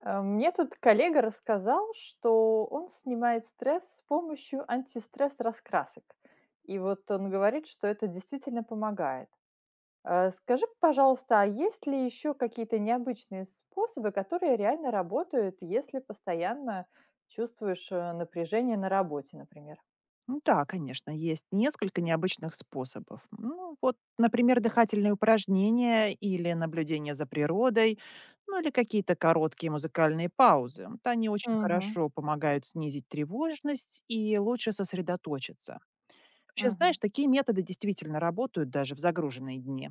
Мне тут коллега рассказал, что он снимает стресс с помощью антистресс-раскрасок. И вот он говорит, что это действительно помогает. Скажи, пожалуйста, а есть ли еще какие-то необычные способы, которые реально работают, если постоянно чувствуешь напряжение на работе, например? Ну да, конечно, есть несколько необычных способов. Ну вот, например, дыхательные упражнения или наблюдение за природой, ну или какие-то короткие музыкальные паузы. Вот они очень Мгм. хорошо помогают снизить тревожность и лучше сосредоточиться. Вообще, Мгм. знаешь, такие методы действительно работают даже в загруженные дни.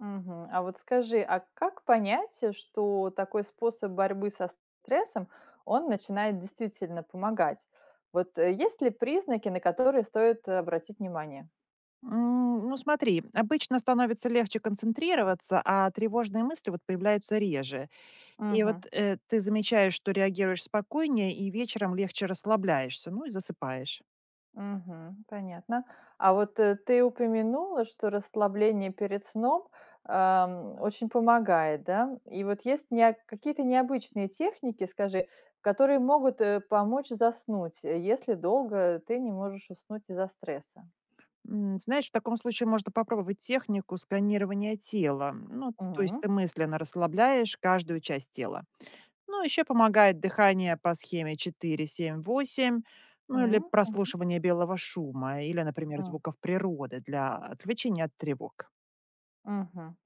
Мгм. А вот скажи, а как понять, что такой способ борьбы со стрессом, он начинает действительно помогать? Вот есть ли признаки, на которые стоит обратить внимание? Ну смотри, обычно становится легче концентрироваться, а тревожные мысли вот появляются реже. И Мгм. вот, ты замечаешь, что реагируешь спокойнее и вечером легче расслабляешься, ну и засыпаешь. Мгм. Понятно. А вот ты упомянула, что расслабление перед сном очень помогает, да? И вот есть какие-то необычные техники, скажи, которые могут помочь заснуть, если долго ты не можешь уснуть из-за стресса? Знаешь, в таком случае можно попробовать технику сканирования тела. Ну, то есть ты мысленно расслабляешь каждую часть тела. Ну, еще помогает дыхание по схеме 4-7-8, ну или М, мгм, прослушивание белого шума, или, например, м, звуков природы для отвлечения от тревог. мгм.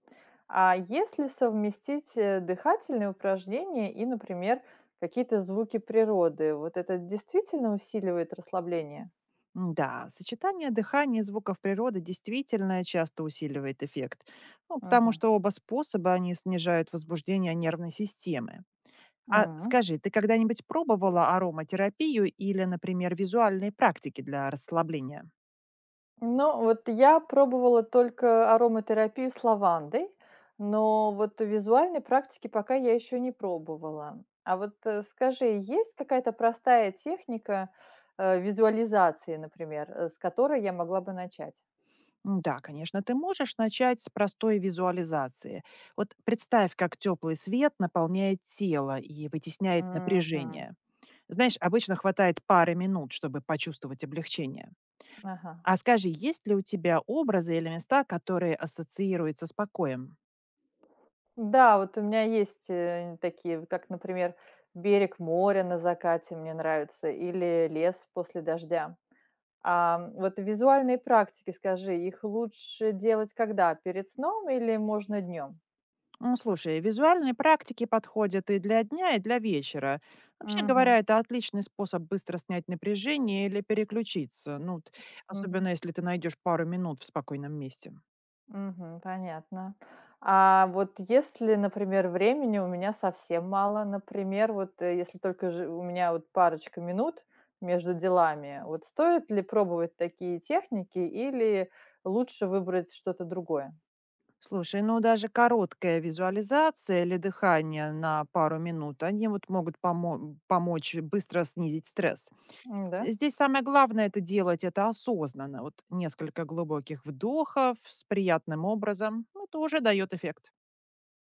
А если совместить, дыхательные упражнения и, например, какие-то звуки природы, вот это действительно усиливает расслабление? Да, сочетание дыхания и звуков природы действительно часто усиливает эффект, ну, потому Мгм, что оба способа они снижают возбуждение нервной системы. А м. скажи, ты когда-нибудь пробовала ароматерапию или, например, визуальные практики для расслабления? Ну, вот я пробовала только ароматерапию с лавандой, но вот визуальной практики пока я еще не пробовала. А вот, скажи, есть какая-то простая техника, визуализации, например, с которой я могла бы начать? Да, конечно, ты можешь начать с простой визуализации. Вот представь, как теплый свет наполняет тело и вытесняет Мгм. напряжение. Знаешь, обычно хватает пары минут, чтобы почувствовать облегчение. Ага. А скажи, есть ли у тебя образы или места, которые ассоциируются с покоем? Да, вот у меня есть, такие, вот как, например, берег моря на закате мне нравится или лес после дождя. А, вот визуальные практики, скажи, их лучше делать когда? Перед сном или можно днем? Ну, слушай, визуальные практики подходят и для дня, и для вечера. Вообще Мгм. говоря, это отличный способ быстро снять напряжение или переключиться. Особенно если ты найдешь пару минут в спокойном месте. Мгм. Понятно. А вот если, например, времени у меня совсем мало, например, вот если только же у меня вот парочка минут между делами, вот стоит ли пробовать такие техники или лучше выбрать что-то другое? Слушай, ну даже короткая визуализация или дыхание на пару минут, они вот могут помочь быстро снизить стресс. Да? Здесь самое главное — это делать это осознанно. Вот несколько глубоких вдохов с приятным образом — ну, это уже дает эффект.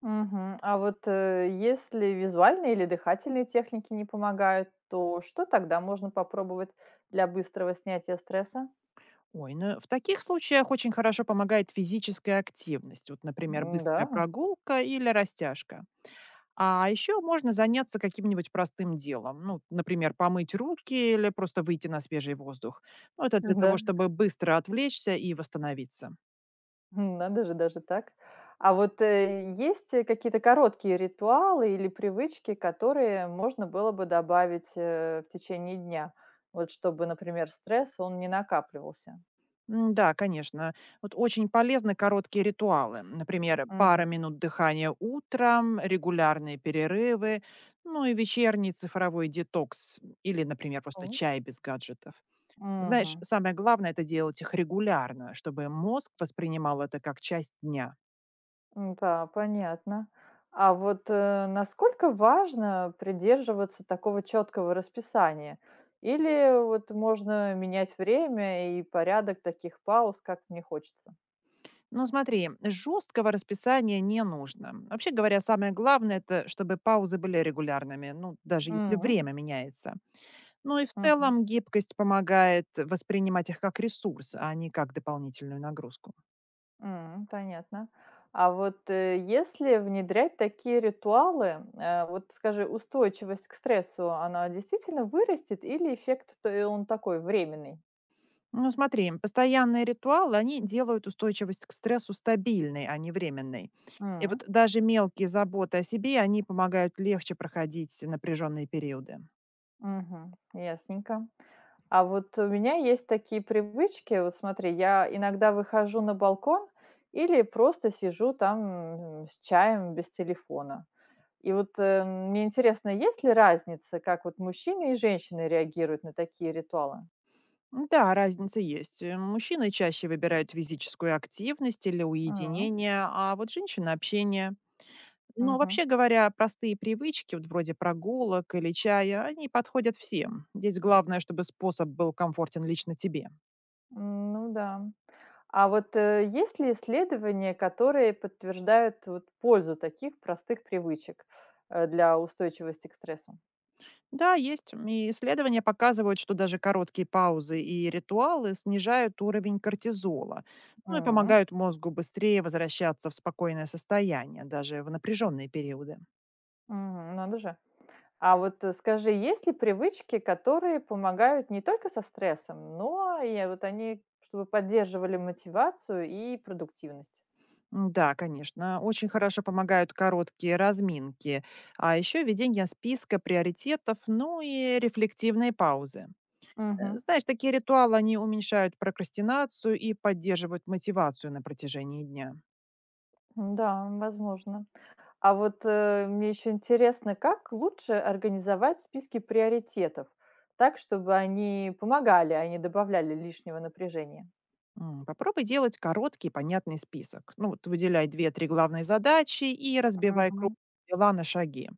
Мгм. А вот если визуальные или дыхательные техники не помогают, то что тогда можно попробовать для быстрого снятия стресса? Ой, ну в таких случаях очень хорошо помогает физическая активность. Вот, например, Да, быстрая прогулка или растяжка. А еще можно заняться каким-нибудь простым делом. Ну, например, помыть руки или просто выйти на свежий воздух. Ну, это для да. того, чтобы быстро отвлечься и восстановиться. Надо же, даже так. А вот, есть, какие-то короткие ритуалы или привычки, которые можно было бы добавить, в течение дня? Вот чтобы, например, стресс, он не накапливался. М-да, конечно. Вот очень полезны короткие ритуалы. Например, Мгм. пара минут дыхания утром, регулярные перерывы, ну и вечерний цифровой детокс или, например, просто М, чай без гаджетов. Знаешь, мгм. самое главное — это делать их регулярно, чтобы мозг воспринимал это как часть дня. М-да, понятно. А вот, насколько важно придерживаться такого четкого расписания? Или вот можно менять время и порядок таких пауз, как мне хочется? Но смотри, жесткого расписания не нужно. Вообще говоря, самое главное — это чтобы паузы были регулярными, ну, даже если время меняется. Ну и в Мгм. целом гибкость помогает воспринимать их как ресурс, а не как дополнительную нагрузку. Понятно. А вот, если внедрять такие ритуалы, вот скажи, устойчивость к стрессу, она действительно вырастет или эффект, то он такой временный? Ну смотри, постоянные ритуалы, они делают устойчивость к стрессу стабильной, а не временной. И М, вот даже мелкие заботы о себе, они помогают легче проходить напряженные периоды. мгм, ясненько. А вот у меня есть такие привычки. Вот смотри, я иногда выхожу на балкон или просто сижу там, с чаем без телефона. И вот, мне интересно, есть ли разница, как вот мужчины и женщины реагируют на такие ритуалы? Да, разница есть. Мужчины чаще выбирают физическую активность или уединение, а вот женщины — общение. Но Мгм. вообще говоря, простые привычки, вот вроде прогулок или чая, они подходят всем. Здесь главное, чтобы способ был комфортен лично тебе. Ну да. А вот, есть ли исследования, которые подтверждают вот пользу таких простых привычек, для устойчивости к стрессу? Да, есть. И исследования показывают, что даже короткие паузы и ритуалы снижают уровень кортизола, ну и М, помогают мозгу быстрее возвращаться в спокойное состояние, даже в напряженные периоды. мгм, надо же. А вот, скажи, есть ли привычки, которые помогают не только со стрессом, но и вот они, чтобы поддерживали мотивацию и продуктивность? Да, конечно, очень хорошо помогают короткие разминки, а еще ведение списка приоритетов, ну и рефлективные паузы. Мгм. Знаешь, такие ритуалы, они уменьшают прокрастинацию и поддерживают мотивацию на протяжении дня. Да, возможно. А вот, мне еще интересно, как лучше организовать списки приоритетов так, чтобы они помогали, а не добавляли лишнего напряжения? Попробуй делать короткий, понятный список. Ну, вот выделяй две-три главные задачи и разбивай круг Мгм. дела на шаги.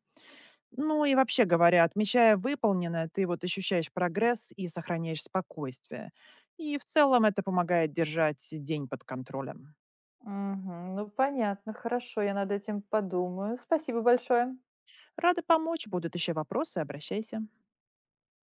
Ну и вообще говоря, отмечая выполненное, ты вот ощущаешь прогресс и сохраняешь спокойствие. И в целом это помогает держать день под контролем. Мгм. Ну, понятно, хорошо, я над этим подумаю. Спасибо большое. Рада помочь. Будут еще вопросы, обращайся.